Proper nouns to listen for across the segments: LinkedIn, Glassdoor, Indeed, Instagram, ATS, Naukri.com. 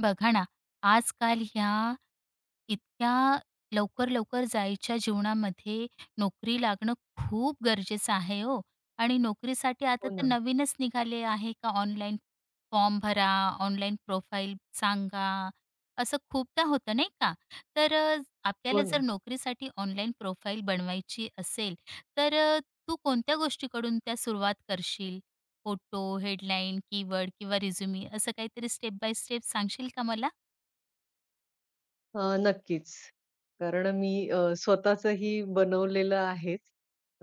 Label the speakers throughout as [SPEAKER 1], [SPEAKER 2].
[SPEAKER 1] बघा ना, आजकाल ह्या इतक्या लवकर, लवकर जायच्या जीवनामध्ये नोकरी लागणं खूप गरजेचं आहे हो. आणि नोकरीसाठी
[SPEAKER 2] हो
[SPEAKER 1] आता तर
[SPEAKER 2] ना,
[SPEAKER 1] नवीनच निघाले आहे का ऑनलाईन फॉर्म भरा, ऑनलाईन प्रोफाईल सांगा, असं खूपदा होतं नाही का? तर
[SPEAKER 2] हो
[SPEAKER 1] आपल्याला जर
[SPEAKER 2] ना.
[SPEAKER 1] नोकरीसाठी ऑनलाईन प्रोफाईल बनवायची असेल, तर तू कोणत्या गोष्टीकडून त्या सुरुवात करशील? फोटो, हेडलाईन, कीवर्ड किंवा रिझ्युमी असं काहीतरी स्टेप बाय स्टेप सांगशील का मला?
[SPEAKER 2] नक्कीच. कारण मी स्वतःचंही बनवलेलं आहेच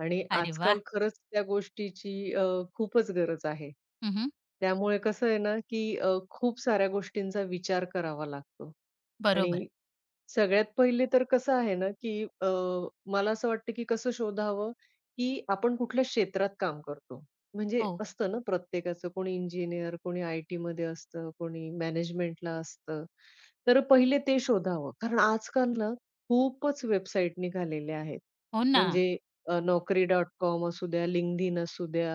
[SPEAKER 2] आणि
[SPEAKER 1] अरे वाह!
[SPEAKER 2] आजकाल खरंच त्या गोष्टीची खूपच गरज आहे.
[SPEAKER 1] हं,
[SPEAKER 2] त्यामुळे कसं आहे ना, की खूप साऱ्या गोष्टींचा विचार करावा लागतो
[SPEAKER 1] बरोबर.
[SPEAKER 2] आणि सगळ्यात पहिले तर कसं आहे ना, की मला असं वाटतं, की कसं शोधावं, की आपण कुठल्या क्षेत्रात काम करतो. म्हणजे
[SPEAKER 1] हो,
[SPEAKER 2] असतं ना प्रत्येकाचं, कोणी इंजिनिअर, कोणी आय-टीमध्ये असतं, कोणी मॅनेजमेंटला असतं. तर पहिले ते शोधावं. कारण आजकाल ना खूपच वेबसाईट निघालेल्या आहेत.
[SPEAKER 1] हो ना.
[SPEAKER 2] म्हणजे Naukri.com असू द्या, LinkedIn असू द्या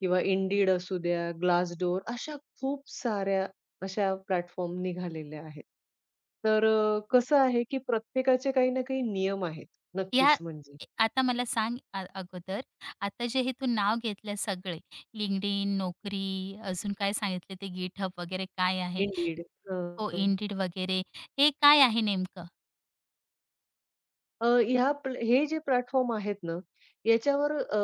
[SPEAKER 2] किंवा Indeed असू द्या, Glassdoor अशा खूप साऱ्या अशा प्लॅटफॉर्म निघालेल्या आहेत. तर कसं आहे, की प्रत्येकाचे काही ना काही नियम आहेत. नक्कीच
[SPEAKER 1] ह्या
[SPEAKER 2] म्हणजे
[SPEAKER 1] आता मला सांग अगोदर आता जे हे तू नाव घेतलं सगळे LinkedIn, नोकरी, अजून काय सांगितलं ते GitHub वगैरे काय आहे?
[SPEAKER 2] इंडीड
[SPEAKER 1] हो,
[SPEAKER 2] हं.
[SPEAKER 1] Indeed वगैरे. हे काय आहे नेमकं?
[SPEAKER 2] ह्या प्ल हे जे प्लॅटफॉर्म आहेत ना, याच्यावर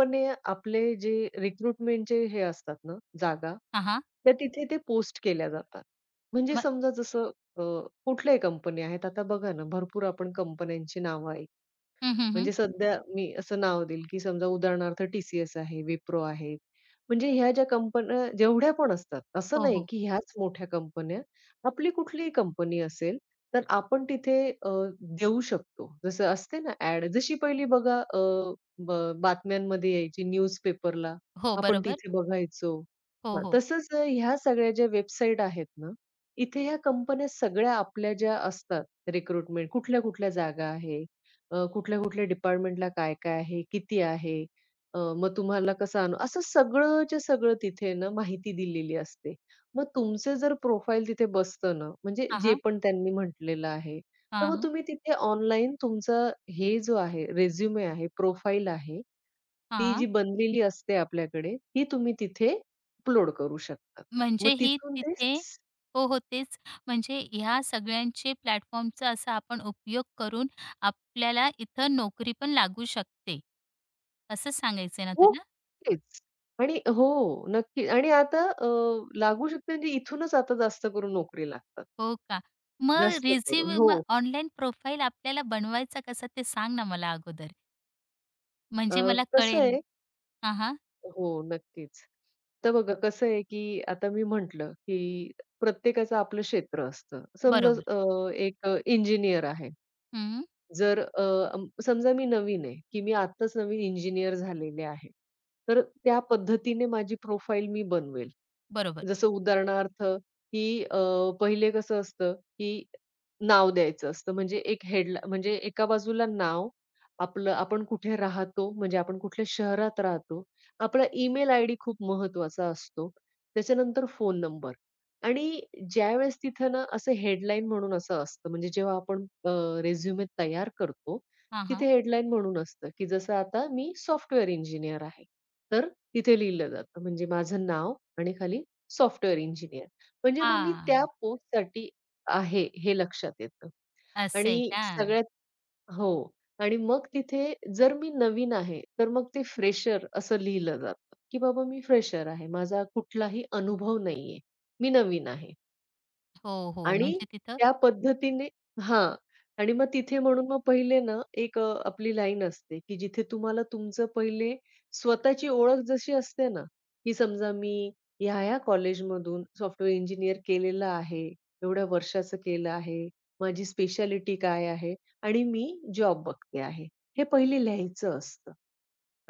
[SPEAKER 2] आपले जे रिक्रुटमेंटचे हे असतात ना जागा,
[SPEAKER 1] हां, हां.
[SPEAKER 2] त्या तिथे ते पोस्ट केल्या जातात. म्हणजे
[SPEAKER 1] मग
[SPEAKER 2] समजा जसं अ, कुठल्याही कंपन्या आहेत. आता बघा ना, भरपूर आपण कंपन्यांची नावं
[SPEAKER 1] हं, हं, हं.
[SPEAKER 2] म्हणजे सध्या मी असं नाव देईल, की समजा उदाहरणार्थ टी आहे, विप्रो आहे. म्हणजे ह्या ज्या कंपन्या जेवढ्या पण असतात, असं
[SPEAKER 1] हो,
[SPEAKER 2] नाही
[SPEAKER 1] हो.
[SPEAKER 2] की ह्याच मोठ्या कंपन्या, आपली कुठलीही कंपनी असेल, तर आपण तिथे अ, देऊ शकतो. जसं असते ना ॲड, जशी पहिली बघा ब बातम्यांमध्ये यायची न्यूजपेपरला,
[SPEAKER 1] हो,
[SPEAKER 2] आपण
[SPEAKER 1] बरोबर.
[SPEAKER 2] तिथे बघायचो.
[SPEAKER 1] हो,
[SPEAKER 2] हं,
[SPEAKER 1] हो.
[SPEAKER 2] तसंच ह्या सगळ्या ज्या वेबसाईट आहेत ना, इथे ह्या कंपन्या सगळ्या आपल्या ज्या असतात रिक्रुटमेंट, कुठल्या-कुठल्या जागा आहे, कुठल्या-कुठल्या डिपार्टमेंटला काय-काय आहे? किती आहे? मग तुम्हाला कसं आणू असं सगळंच्या सगळं तिथे ना माहिती दिलेली असते. मग तुमचं जर प्रोफाईल तिथे बसतं ना, म्हणजे
[SPEAKER 1] हां,
[SPEAKER 2] जे
[SPEAKER 1] हां.
[SPEAKER 2] पण त्यांनी म्हटलेलं आहे, तर
[SPEAKER 1] हां,
[SPEAKER 2] मग
[SPEAKER 1] हां.
[SPEAKER 2] तुम्ही तिथे ऑनलाईन तुमचा हे जो आहे, रिझ्यूमे आहे, प्रोफाईल आहे, ती
[SPEAKER 1] हां.
[SPEAKER 2] जी बनलेली असते आपल्याकडे, ती तुम्ही तिथे अपलोड करू शकता. मग
[SPEAKER 1] म्हणजे ही
[SPEAKER 2] तिथून ते
[SPEAKER 1] तिथे हो, हो, तेच. म्हणजे ह्या सगळ्यांचे प्लॅटफॉर्मचा असा आपण उपयोग करून आपल्याला इथं नोकरी पण लागू शकते, असं सांगायचंय ना तुला?
[SPEAKER 2] नक्कीच. आणि हो, नक्की. आणि आता लागू शकते म्हणजे इथूनच आता जास्त करून नोकरी लागतात.
[SPEAKER 1] हो का? मग
[SPEAKER 2] जास्त
[SPEAKER 1] रिझ्यूम
[SPEAKER 2] करून. हो.
[SPEAKER 1] मग ऑनलाईन प्रोफाईल आपल्याला बनवायचा कसा ते सांग ना मला अगोदर,
[SPEAKER 2] अ,
[SPEAKER 1] म्हणजे मला
[SPEAKER 2] कसं
[SPEAKER 1] कळेल.
[SPEAKER 2] आहे
[SPEAKER 1] हां, हां.
[SPEAKER 2] हो, नक्कीच. तर बघा कसं आहे, की आता मी म्हटलं, की प्रत्येकाचं आपलं क्षेत्र असतं. समजा
[SPEAKER 1] बरोबर.
[SPEAKER 2] एक इंजिनिअर आहे.
[SPEAKER 1] हं,
[SPEAKER 2] जर समजा मी नवीन आहे, की मी आत्ताच नवीन इंजिनियर झालेले आहे. तर त्या पद्धतीने माझी प्रोफाईल मी बनवेल.
[SPEAKER 1] बरोबर.
[SPEAKER 2] जसं उदाहरणार्थ, की पहिले कसं असतं, की नाव द्यायचं असतं. म्हणजे एक हेडला म्हणजे एका बाजूला नाव, आपलं आपण कुठे राहतो, म्हणजे आपण कुठल्या शहरात राहतो. आपला ईमेल आयडी खूप महत्त्वाचा असतो. त्याच्यानंतर फोन नंबर. आणि ज्यावेळेस तिथं ना असं हेडलाईन म्हणून असं असतं, म्हणजे जेव्हा आपण रिझ्यूमे तयार करतो,
[SPEAKER 1] हां,
[SPEAKER 2] तिथे
[SPEAKER 1] हां.
[SPEAKER 2] हेडलाईन म्हणून असतं, की जसं आता मी सॉफ्टवेअर इंजिनियर आहे. तर तिथे लिहिलं जातं, म्हणजे माझं नाव आणि खाली सॉफ्टवेअर इंजिनिअर. म्हणजे मग मी त्या
[SPEAKER 1] हां,
[SPEAKER 2] पोस्टसाठी आहे, हे लक्षात येतं.
[SPEAKER 1] असं आहे
[SPEAKER 2] आणि
[SPEAKER 1] का?
[SPEAKER 2] सगळ्यात हो. आणि मग तिथे जर मी नवीन आहे, तर मग ते फ्रेशर असं लिहिलं जातं, की बाबा मी फ्रेशर आहे. माझा कुठलाही अनुभव नाहीये. मी नवीन आहे.
[SPEAKER 1] हो, हो.
[SPEAKER 2] आणि
[SPEAKER 1] म्हणजे तिथं
[SPEAKER 2] त्या पद्धतीने हां. आणि मग तिथे म्हणून मग पहिले ना, एक आपली लाईन असते, की जिथे तुम्हाला तुमचं पहिले स्वतःची ओळख जशी असते ना, की समजा मी ह्या-ह्या कॉलेजमधून सॉफ्टवेअर इंजिनिअर केलेलं आहे, एवढ्या वर्षाचं केलं आहे, माझी स्पेशालिटी काय आहे आणि मी जॉब बघते आहे. हे पहिले लिहायचं असतं.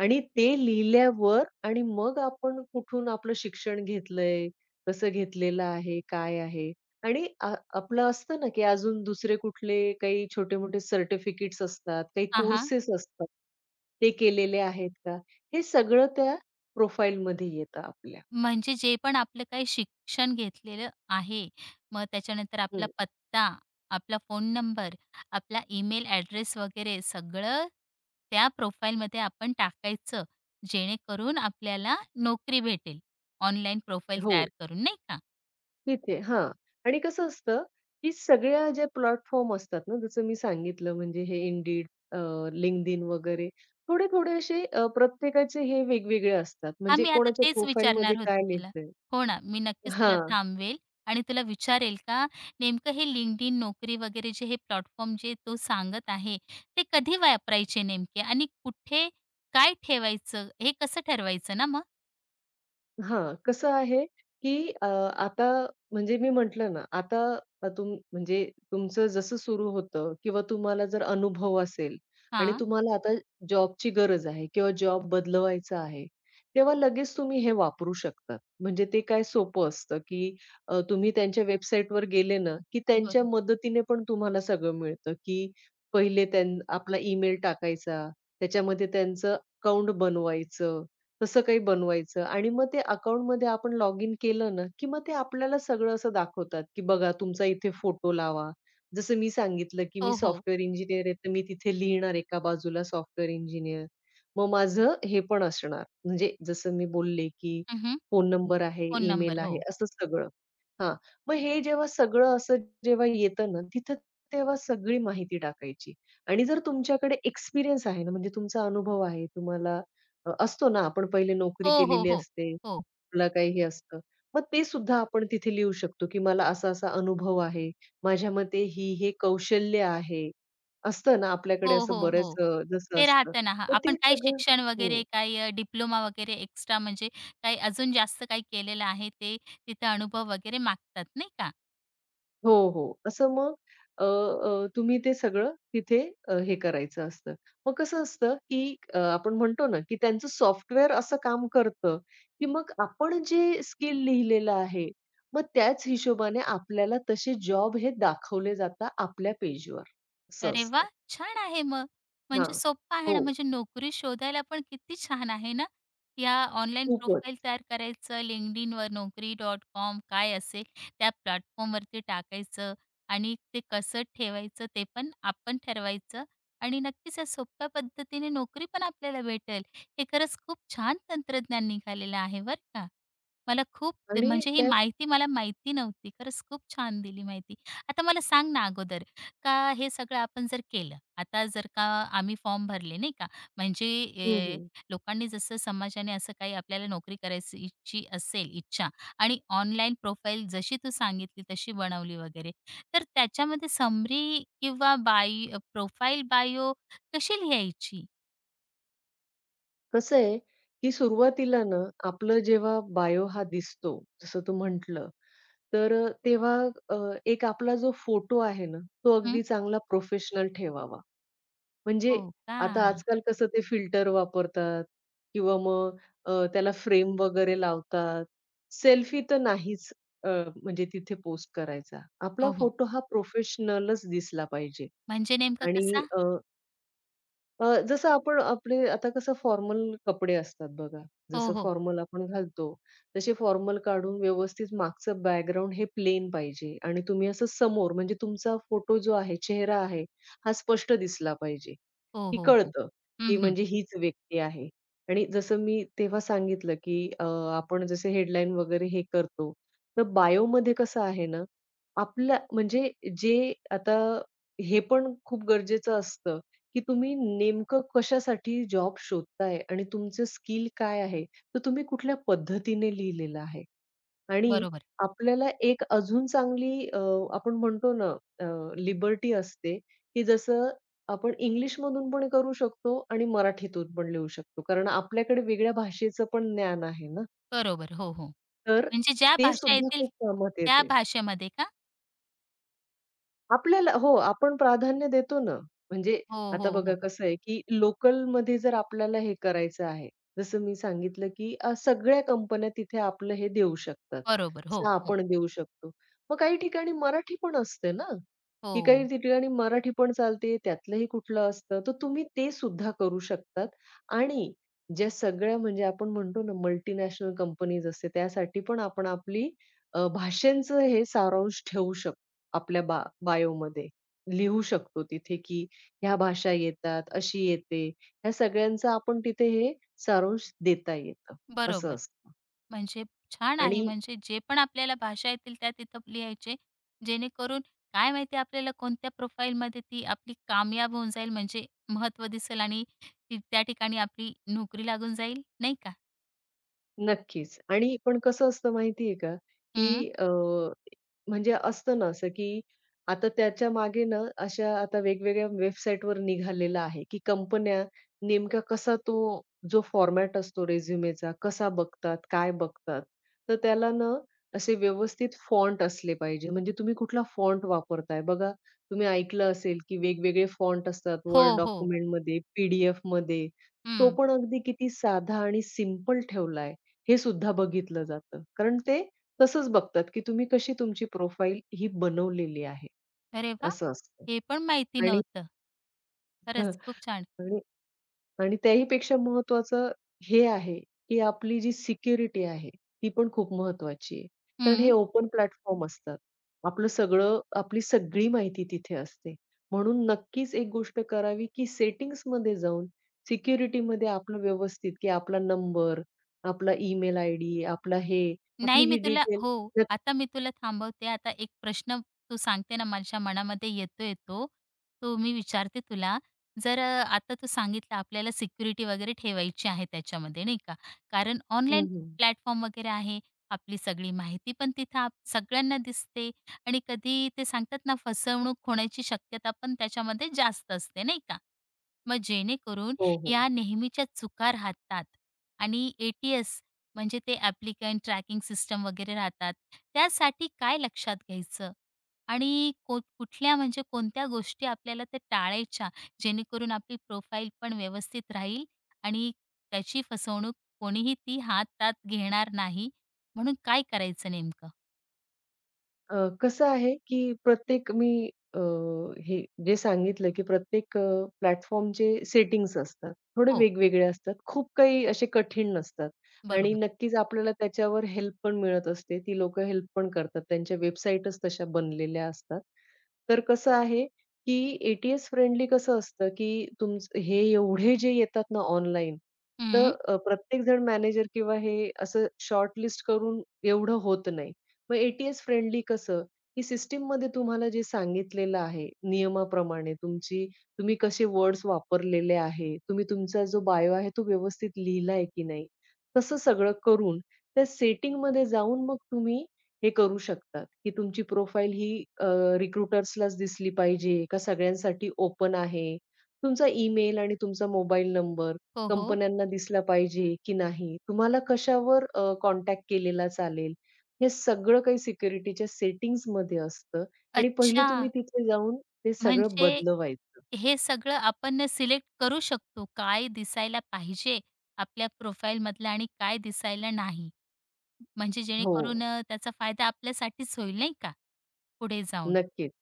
[SPEAKER 2] आणि ते लिहिल्यावर आणि मग आपण कुठून आपलं शिक्षण घेतलंय, कसं घेतलेलं आहे, काय आहे? आणि आपलं असतं ना, की अजून दुसरे कुठले काही छोटे-मोठे सर्टिफिकेट्स असतात, काही
[SPEAKER 1] हां, हां.
[SPEAKER 2] कोर्सेस असतात. ते केलेले आहेत का? हे सगळं त्या प्रोफाईलमध्ये येतं आपल्या.
[SPEAKER 1] म्हणजे जे पण आपलं काही शिक्षण घेतलेलं आहे, मग त्याच्यानंतर आपला
[SPEAKER 2] हं.
[SPEAKER 1] पत्ता, आपला फोन नंबर, आपला ईमेल ॲड्रेस वगैरे सगळं त्या प्रोफाईलमध्ये आपण टाकायचं, जेणेकरून आपल्याला नोकरी भेटेल. ऑनलाईन प्रोफाईल
[SPEAKER 2] हो.
[SPEAKER 1] तयार करून, नाही का?
[SPEAKER 2] तिथे हां. आणि कसं असतं, की सगळ्या ज्या प्लॅटफॉर्म असतात ना, जसं मी सांगितलं म्हणजे हे Indeed, अ, LinkedIn वगैरे थोडे-थोडे असे प्रत्येकाचे हे वेगवेगळे असतात.
[SPEAKER 1] हां,
[SPEAKER 2] म्हणजे
[SPEAKER 1] मी आता
[SPEAKER 2] कोणाच्या
[SPEAKER 1] तेच
[SPEAKER 2] प्रोफाईलमध्ये
[SPEAKER 1] विचारणार होती
[SPEAKER 2] काय
[SPEAKER 1] तुला.
[SPEAKER 2] लिहिलंय
[SPEAKER 1] हो ना, मी नक्कीच तुला
[SPEAKER 2] हां.
[SPEAKER 1] थांबवेल आणि तुला विचारेल का नेमकं हे LinkedIn, नोकरी वगैरे जे हे प्लॅटफॉर्म जे तो सांगत आहे, ते कधी वापरायचे नेमके आणि कुठे काय ठेवायचं, हे कसं ठरवायचं ना मग?
[SPEAKER 2] हां, कसं आहे, की आता म्हणजे मी म्हटलं ना, आता म्हणजे तुमचं जसं सुरू होतं किंवा तुम्हाला जर अनुभव असेल आणि
[SPEAKER 1] हां,
[SPEAKER 2] तुम्हाला आता जॉबची गरज आहे किंवा जॉब बदलवायचा आहे, तेव्हा लगेच तुम्ही हे वापरू शकता. म्हणजे ते काय सोपं असतं, की तुम्ही त्यांच्या वेबसाईटवर गेले ना, की त्यांच्या
[SPEAKER 1] बरं.
[SPEAKER 2] मदतीने पण तुम्हाला सगळं मिळतं, की पहिले आपला ईमेल टाकायचा, त्याच्यामध्ये त्यांचं अकाउंट बनवायचं. तसं काही बनवायचं आणि मग ते अकाउंटमध्ये आपण लॉग इन केलं ना, की मग ते आपल्याला सगळं असं दाखवतात, की बघा तुमचा इथे फोटो लावा. जसं मी सांगितलं, की मी
[SPEAKER 1] हो, हो.
[SPEAKER 2] सॉफ्टवेअर इंजिनिअर आहे, तर मी तिथे लिहिणार एका बाजूला सॉफ्टवेअर इंजिनिअर. मग माझं हे पण असणार, म्हणजे जसं मी बोलले, की
[SPEAKER 1] हं,
[SPEAKER 2] फोन नंबर आहे,
[SPEAKER 1] फोन
[SPEAKER 2] ईमेल
[SPEAKER 1] नंबर. हो.
[SPEAKER 2] आहे, असं सगळं. हां, मग हे जेव्हा सगळं असं जेव्हा येतं ना, तिथं तेव्हा सगळी माहिती टाकायची आणि जर तुमच्याकडे एक्सपिरियन्स आहे ना, म्हणजे तुमचा अनुभव आहे, तुम्हाला असतो ना, आपण पहिले नोकरी
[SPEAKER 1] हो, हो,
[SPEAKER 2] केलेली
[SPEAKER 1] हो.
[SPEAKER 2] असते,
[SPEAKER 1] हो.
[SPEAKER 2] आपलं काही हे असतं. मग ते सुद्धा आपण तिथे लिहू शकतो, की मला असा-असा अनुभव आहे. माझ्या मते ही हे कौशल्य आहे. असतं ना
[SPEAKER 1] हो,
[SPEAKER 2] आपल्याकडे असं
[SPEAKER 1] हो, हो.
[SPEAKER 2] बरेच जसं
[SPEAKER 1] ते
[SPEAKER 2] असतं.
[SPEAKER 1] राहतं ना. हां,
[SPEAKER 2] तर
[SPEAKER 1] आपण
[SPEAKER 2] ते
[SPEAKER 1] काही
[SPEAKER 2] सगळं
[SPEAKER 1] शिक्षण वगैरे, काही डिप्लोमा वगैरे एक्स्ट्रा म्हणजे काही अजून जास्त काही केलेलं आहे, ते तिथं अनुभव वगैरे मागतात नाही का?
[SPEAKER 2] हो, हो. असं मग अ, अ, तुम्ही ते सगळं तिथे हे करायचं असतं. मग कसं असतं, की आपण म्हणतो ना, की त्यांचं सॉफ्टवेअर असं काम करतं, की मग आपण जे स्किल लिहिलेलं आहे, मग त्याच हिशोबाने आपल्याला तसे जॉब हे दाखवले जातात आपल्या पेजवर. असं
[SPEAKER 1] अरे वा,
[SPEAKER 2] असतं.
[SPEAKER 1] छान आहे मग.
[SPEAKER 2] हां.
[SPEAKER 1] म्हणजे सोप्पं आहे
[SPEAKER 2] हो,
[SPEAKER 1] ना, म्हणजे नोकरी शोधायला पण किती छान आहे ना. या ऑनलाईन
[SPEAKER 2] खूपच.
[SPEAKER 1] प्रोफाईल तयार करायचं, LinkedInवर, Naukri.com काय असेल त्या प्लॅटफॉर्मवरती टाकायचं आणि ते कसं ठेवायचं ते पण आपण ठरवायचं आणि नक्कीच या सोप्या पद्धतीने नोकरी पण आपल्याला भेटेल. हे खरंच खूप छान तंत्रज्ञान निघालेलं आहे बरं का. मला खूप
[SPEAKER 2] आणि
[SPEAKER 1] म्हणजे ही
[SPEAKER 2] त्यात
[SPEAKER 1] माहिती मला माहिती नव्हती. खरंच खूप छान दिली माहिती. आता मला सांग ना अगोदर, का हे सगळं आपण जर केलं, आता जर का आम्ही फॉर्म भरले नाही का, म्हणजे
[SPEAKER 2] हं,
[SPEAKER 1] ए,
[SPEAKER 2] हं.
[SPEAKER 1] लोकांनी जसं समाजाने असं काही आपल्याला नोकरी करायची असेल इच्छा आणि ऑनलाईन प्रोफाईल जशी तू सांगितली तशी बनवली वगैरे, तर त्याच्यामध्ये समरी किंवा बाय प्रोफाईल बायो कशी लिहायची?
[SPEAKER 2] कसं आहे, की सुरुवातीला ना आपलं जेव्हा बायो हा दिसतो, जसं तू म्हटलं, तर तेव्हा एक आपला जो फोटो आहे ना, तो
[SPEAKER 1] हं,
[SPEAKER 2] अगदी चांगला प्रोफेशनल ठेवावा. म्हणजे
[SPEAKER 1] हो का?
[SPEAKER 2] आता आजकाल कसं ते फिल्टर वापरतात किंवा मग त्याला फ्रेम वगैरे लावतात. सेल्फी तर नाहीच अ, म्हणजे तिथे पोस्ट करायचा. आपला
[SPEAKER 1] हो, हो.
[SPEAKER 2] फोटो हा प्रोफेशनलच दिसला पाहिजे
[SPEAKER 1] म्हणजे नेमका
[SPEAKER 2] आणि
[SPEAKER 1] कसा?
[SPEAKER 2] जसं आपण आपले आता कसं फॉर्मल कपडे असतात बघा.
[SPEAKER 1] हो,
[SPEAKER 2] जसं
[SPEAKER 1] हो.
[SPEAKER 2] फॉर्मल आपण घालतो, तसे फॉर्मल काढून व्यवस्थित मागचं बॅकग्राऊंड हे प्लेन पाहिजे आणि तुम्ही असं समोर म्हणजे तुमचा फोटो जो आहे, चेहरा आहे, हा स्पष्ट दिसला पाहिजे.
[SPEAKER 1] हो,
[SPEAKER 2] की
[SPEAKER 1] हो, हो.
[SPEAKER 2] कळतं,
[SPEAKER 1] हं,
[SPEAKER 2] की
[SPEAKER 1] हं.
[SPEAKER 2] म्हणजे हीच व्यक्ती आहे. आणि जसं मी तेव्हा सांगितलं, की आपण जसे हेडलाईन वगैरे हे करतो, तर बायोमध्ये कसं आहे ना, आपल्या म्हणजे जे आता हे पण खूप गरजेचं असतं, की तुम्ही नेमकं कशासाठी जॉब शोधताय आणि तुमचं स्किल काय आहे, तर तुम्ही कुठल्या पद्धतीने लिहिलेलं आहे. आणि
[SPEAKER 1] बरोबर,
[SPEAKER 2] आपल्याला एक अजून चांगली आपण म्हणतो ना लिबर्टी असते, की जसं आपण इंग्लिशमधून पण करू शकतो आणि मराठीतून पण लिहू शकतो. कारण आपल्याकडे वेगळ्या भाषेचं पण ज्ञान आहे ना.
[SPEAKER 1] बरोबर. हो, हो.
[SPEAKER 2] तर
[SPEAKER 1] म्हणजे ज्या
[SPEAKER 2] ते
[SPEAKER 1] भाषा
[SPEAKER 2] सुद्धा
[SPEAKER 1] येतील
[SPEAKER 2] खूप कामात
[SPEAKER 1] त्या
[SPEAKER 2] येते.
[SPEAKER 1] भाषेमध्ये का?
[SPEAKER 2] आपल्याला हो, आपण प्राधान्य देतो ना. म्हणजे
[SPEAKER 1] हो,
[SPEAKER 2] आता
[SPEAKER 1] हो,
[SPEAKER 2] बघा
[SPEAKER 1] हो.
[SPEAKER 2] कसं आहे, की लोकलमध्ये जर आपल्याला हे करायचं आहे, जसं मी सांगितलं, की सगळ्या कंपन्या तिथे आपलं हे देऊ शकतात.
[SPEAKER 1] बरोबर. हो,
[SPEAKER 2] जसं
[SPEAKER 1] हो.
[SPEAKER 2] आपण देऊ शकतो. मग काही ठिकाणी मराठी पण असते ना, की काही
[SPEAKER 1] हो,
[SPEAKER 2] ठिकाणी मराठी पण चालते, त्यातलंही कुठलं असतं. तर तुम्ही ते सुद्धा करू शकतात आणि ज्या सगळ्या म्हणजे आपण म्हणतो ना, मल्टीनॅशनल कंपनीज असते, त्यासाठी पण आपण आपली भाषांचं हे सारांश ठेवू शकतो. आपल्या बायोमध्ये लिहू शकतो तिथे, की ह्या भाषा येतात, अशी येते. ह्या सगळ्यांचं आपण तिथे हे सारांश देता येतं, असं
[SPEAKER 1] बरोबर.
[SPEAKER 2] असतं.
[SPEAKER 1] म्हणजे छान
[SPEAKER 2] आणि
[SPEAKER 1] आहे. म्हणजे जे पण आपल्याला भाषा येतील त्या तिथं लिहायचे. जेणेकरून काय माहिती आपल्याला कोणत्या प्रोफाईलमध्ये ती आपली कामयाब होऊन जाईल म्हणजे महत्त्व दिसेल आणि ती त्या ठिकाणी आपली नोकरी लागून जाईल, नाही का?
[SPEAKER 2] नक्कीच. आणि पण कसं असतं माहिती आहे का, की
[SPEAKER 1] हं.
[SPEAKER 2] म्हणजे असतं ना असं, की आता त्याच्या मागे ना अशा आता वेगवेगळ्या वेबसाईटवर निघालेलं आहे, की कंपन्या नेमका कसा तो जो फॉर्मॅट असतो रिझ्युमेचा, कसा बघतात, काय बघतात. तर त्याला ना असे व्यवस्थित फॉन्ट असले पाहिजे. म्हणजे तुम्ही कुठला फॉन्ट वापरताय. बघा, तुम्ही ऐकलं असेल, की वेगवेगळे फॉन्ट असतात
[SPEAKER 1] हो,
[SPEAKER 2] Word
[SPEAKER 1] हो.
[SPEAKER 2] डॉक्युमेंटमध्ये, पी डी तो
[SPEAKER 1] हं.
[SPEAKER 2] पण अगदी किती साधा आणि सिंपल ठेवलाय. हे सुद्धा बघितलं जातं. कारण ते तसंच बघतात, की तुम्ही कशी तुमची प्रोफाईल ही बनवलेली आहे,
[SPEAKER 1] अरे वाह!
[SPEAKER 2] असं असतं.
[SPEAKER 1] हे पण माहिती
[SPEAKER 2] आणि
[SPEAKER 1] नव्हतं.
[SPEAKER 2] हं,
[SPEAKER 1] खरंच खूप छान.
[SPEAKER 2] आणि आणि त्याही पेक्षा महत्त्वाचं हे आहे, की आपली जी सिक्युरिटी आहे, ती पण खूप महत्वाची आहे. कारण हे
[SPEAKER 1] हं.
[SPEAKER 2] ओपन प्लॅटफॉर्म असतात. आपलं सगळं आपली सगळी माहिती तिथे असते. म्हणून नक्कीच एक गोष्ट करावी, की सेटिंग्जमध्ये जाऊन सिक्युरिटीमध्ये आपलं व्यवस्थित, की आपला नंबर, आपला ईमेल आयडी, आपला हे, आपली
[SPEAKER 1] नाही मी
[SPEAKER 2] ही
[SPEAKER 1] तुला
[SPEAKER 2] डिटेल
[SPEAKER 1] हो, आता मी तुला थांबवते. आता एक प्रश्न तू सांगते ना माझ्या मनामध्ये येतोय तो. तो मी विचारते तुला. जर आता तू सांगितलं आपल्याला सिक्युरिटी वगैरे ठेवायची आहे त्याच्यामध्ये नाही का. कारण
[SPEAKER 2] हं,
[SPEAKER 1] ऑनलाईन
[SPEAKER 2] हं.
[SPEAKER 1] प्लॅटफॉर्म वगैरे आहे. आपली सगळी माहिती पण तिथं सगळ्यांना दिसते आणि कधी ते सांगतात ना फसवणूक होण्याची शक्यता पण त्याच्यामध्ये जास्त असते नाही का. मग जेणेकरून
[SPEAKER 2] हो, हो.
[SPEAKER 1] या नेहमीच्या चुका राहतात आणि ATS म्हणजे ते ॲप्लिकंट ट्रॅकिंग सिस्टम वगैरे राहतात, त्यासाठी काय लक्षात घ्यायचं? आणि कुठल्या म्हणजे कोणत्या गोष्टी आपल्याला त्या टाळायच्या, जेणेकरून आपली प्रोफाईल पण व्यवस्थित राहील आणि त्याची फसवणूक कोणीही ती हातात घेणार नाही, म्हणून काय करायचं नेमकं?
[SPEAKER 2] कसं आहे, की प्रत्येक मी अ, हे जे सांगितलं, की प्रत्येक प्लॅटफॉर्मचे सेटिंग्स असतात. थोडे
[SPEAKER 1] हो,
[SPEAKER 2] वेगवेगळे असतात. खूप काही असे कठीण नसतात आणि
[SPEAKER 1] बरोबर.
[SPEAKER 2] नक्कीच आपल्याला त्याच्यावर हेल्प पण मिळत असते. ती लोकं हेल्प पण करतात. त्यांच्या वेबसाईटच तशा बनलेल्या असतात. तर कसं आहे, की ए-टी-एस फ्रेंडली कसं असतं, की तुमचं हे एवढे जे येतात ना ऑनलाईन, तर
[SPEAKER 1] हं.
[SPEAKER 2] प्रत्येकजण मॅनेजर किंवा हे असं शॉर्टलिस्ट करून एवढं होत नाही. मग ए-टी-एस फ्रेंडली कसं? की सिस्टममध्ये तुम्हाला जे सांगितलेलं आहे नियमाप्रमाणे तुमची तुम्ही कसे वर्ड्स वापरलेले आहे, तुम्ही तुमचा जो बायो आहे तो व्यवस्थित लिहिला आहे की नाही, तसं सगळं करून त्या सेटिंगमध्ये जाऊन मग तुम्ही हे करू शकतात, की तुमची प्रोफाईल ही अ, रिक्रुटर्सलाच दिसली पाहिजे का सगळ्यांसाठी ओपन आहे? तुमचा ईमेल आणि तुमचा मोबाईल नंबर
[SPEAKER 1] हो, हो.
[SPEAKER 2] कंपन्यांना दिसला पाहिजे की नाही? तुम्हाला कशावर कॉन्टॅक्ट केलेला चालेल? हे सगळं काही सिक्युरिटीच्या सेटिंग्जमध्ये असतं आणि पहिले
[SPEAKER 1] अच्छा,
[SPEAKER 2] तुम्ही तिथे जाऊन ते सगळं
[SPEAKER 1] म्हणजे
[SPEAKER 2] बदलवायचं.
[SPEAKER 1] हे सगळं आपण सिलेक्ट करू शकतो. काय दिसायला पाहिजे आपल्या प्रोफाईलमधलं आणि काय दिसायला नाही. म्हणजे
[SPEAKER 2] हो,
[SPEAKER 1] जेणेकरून त्याचा फायदा आपल्यासाठीच होईल नाही का, पुढे जाऊन.
[SPEAKER 2] नक्कीच.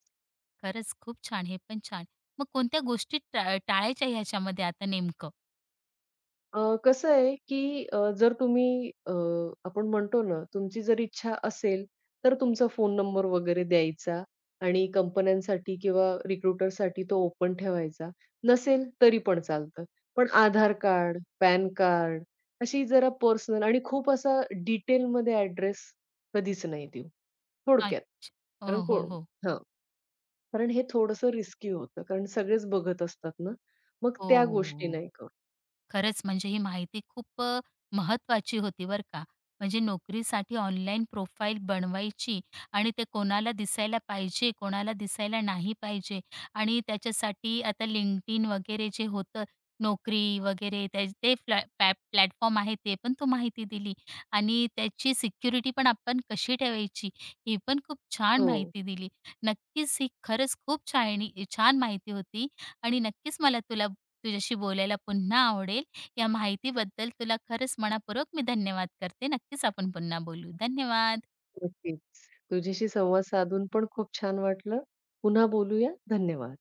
[SPEAKER 1] खरंच खूप छान. हे पण छान. मग कोणत्या गोष्टी टाळायच्या ह्याच्यामध्ये आता नेमकं?
[SPEAKER 2] कसं आहे, की जर तुम्ही आपण म्हणतो ना, तुमची जर इच्छा असेल, तर तुमचा फोन नंबर वगैरे द्यायचा आणि कंपन्यांसाठी किंवा रिक्रुटरसाठी तो ओपन ठेवायचा. नसेल तरी पण चालतं. पण आधार कार्ड, पॅन कार्ड अशी जरा पर्सनल आणि खूप असा डिटेलमध्ये ॲड्रेस कधीच नाही देऊ, थोडक्यात.
[SPEAKER 1] अच्छा.
[SPEAKER 2] कारण
[SPEAKER 1] हो, हो,
[SPEAKER 2] कोण
[SPEAKER 1] हो.
[SPEAKER 2] हां. कारण हे थोडंसं रिस्की होतं. कारण सगळेच बघत असतात ना, मग त्या गोष्टी
[SPEAKER 1] हो.
[SPEAKER 2] नाही करू.
[SPEAKER 1] खरंच म्हणजे ही माहिती खूप महत्त्वाची होती बरं का. म्हणजे नोकरीसाठी ऑनलाईन प्रोफाईल बनवायची आणि ते कोणाला दिसायला पाहिजे, कोणाला दिसायला नाही पाहिजे आणि त्याच्यासाठी आता LinkedIn वगैरे जे होतं नोकरी वगैरे त्या ते फ्लॅ पॅ प्लॅटफॉर्म आहे ते पण तू माहिती दिली आणि त्याची सिक्युरिटी पण आपण कशी ठेवायची ही पण खूप छान
[SPEAKER 2] हो,
[SPEAKER 1] माहिती दिली. नक्कीच ही खरंच खूप छान माहिती होती आणि नक्कीच मला तुला तुझ्याशी बोलायला पुन्हा आवडेल. या माहितीबद्दल तुला खरंच मनःपूर्वक मी धन्यवाद करते. नक्कीच आपण पुन्हा बोलू. धन्यवाद.
[SPEAKER 2] नक्कीच. तुझ्याशी संवाद साधून पण खूप छान वाटलं. पुन्हा बोलूया. धन्यवाद.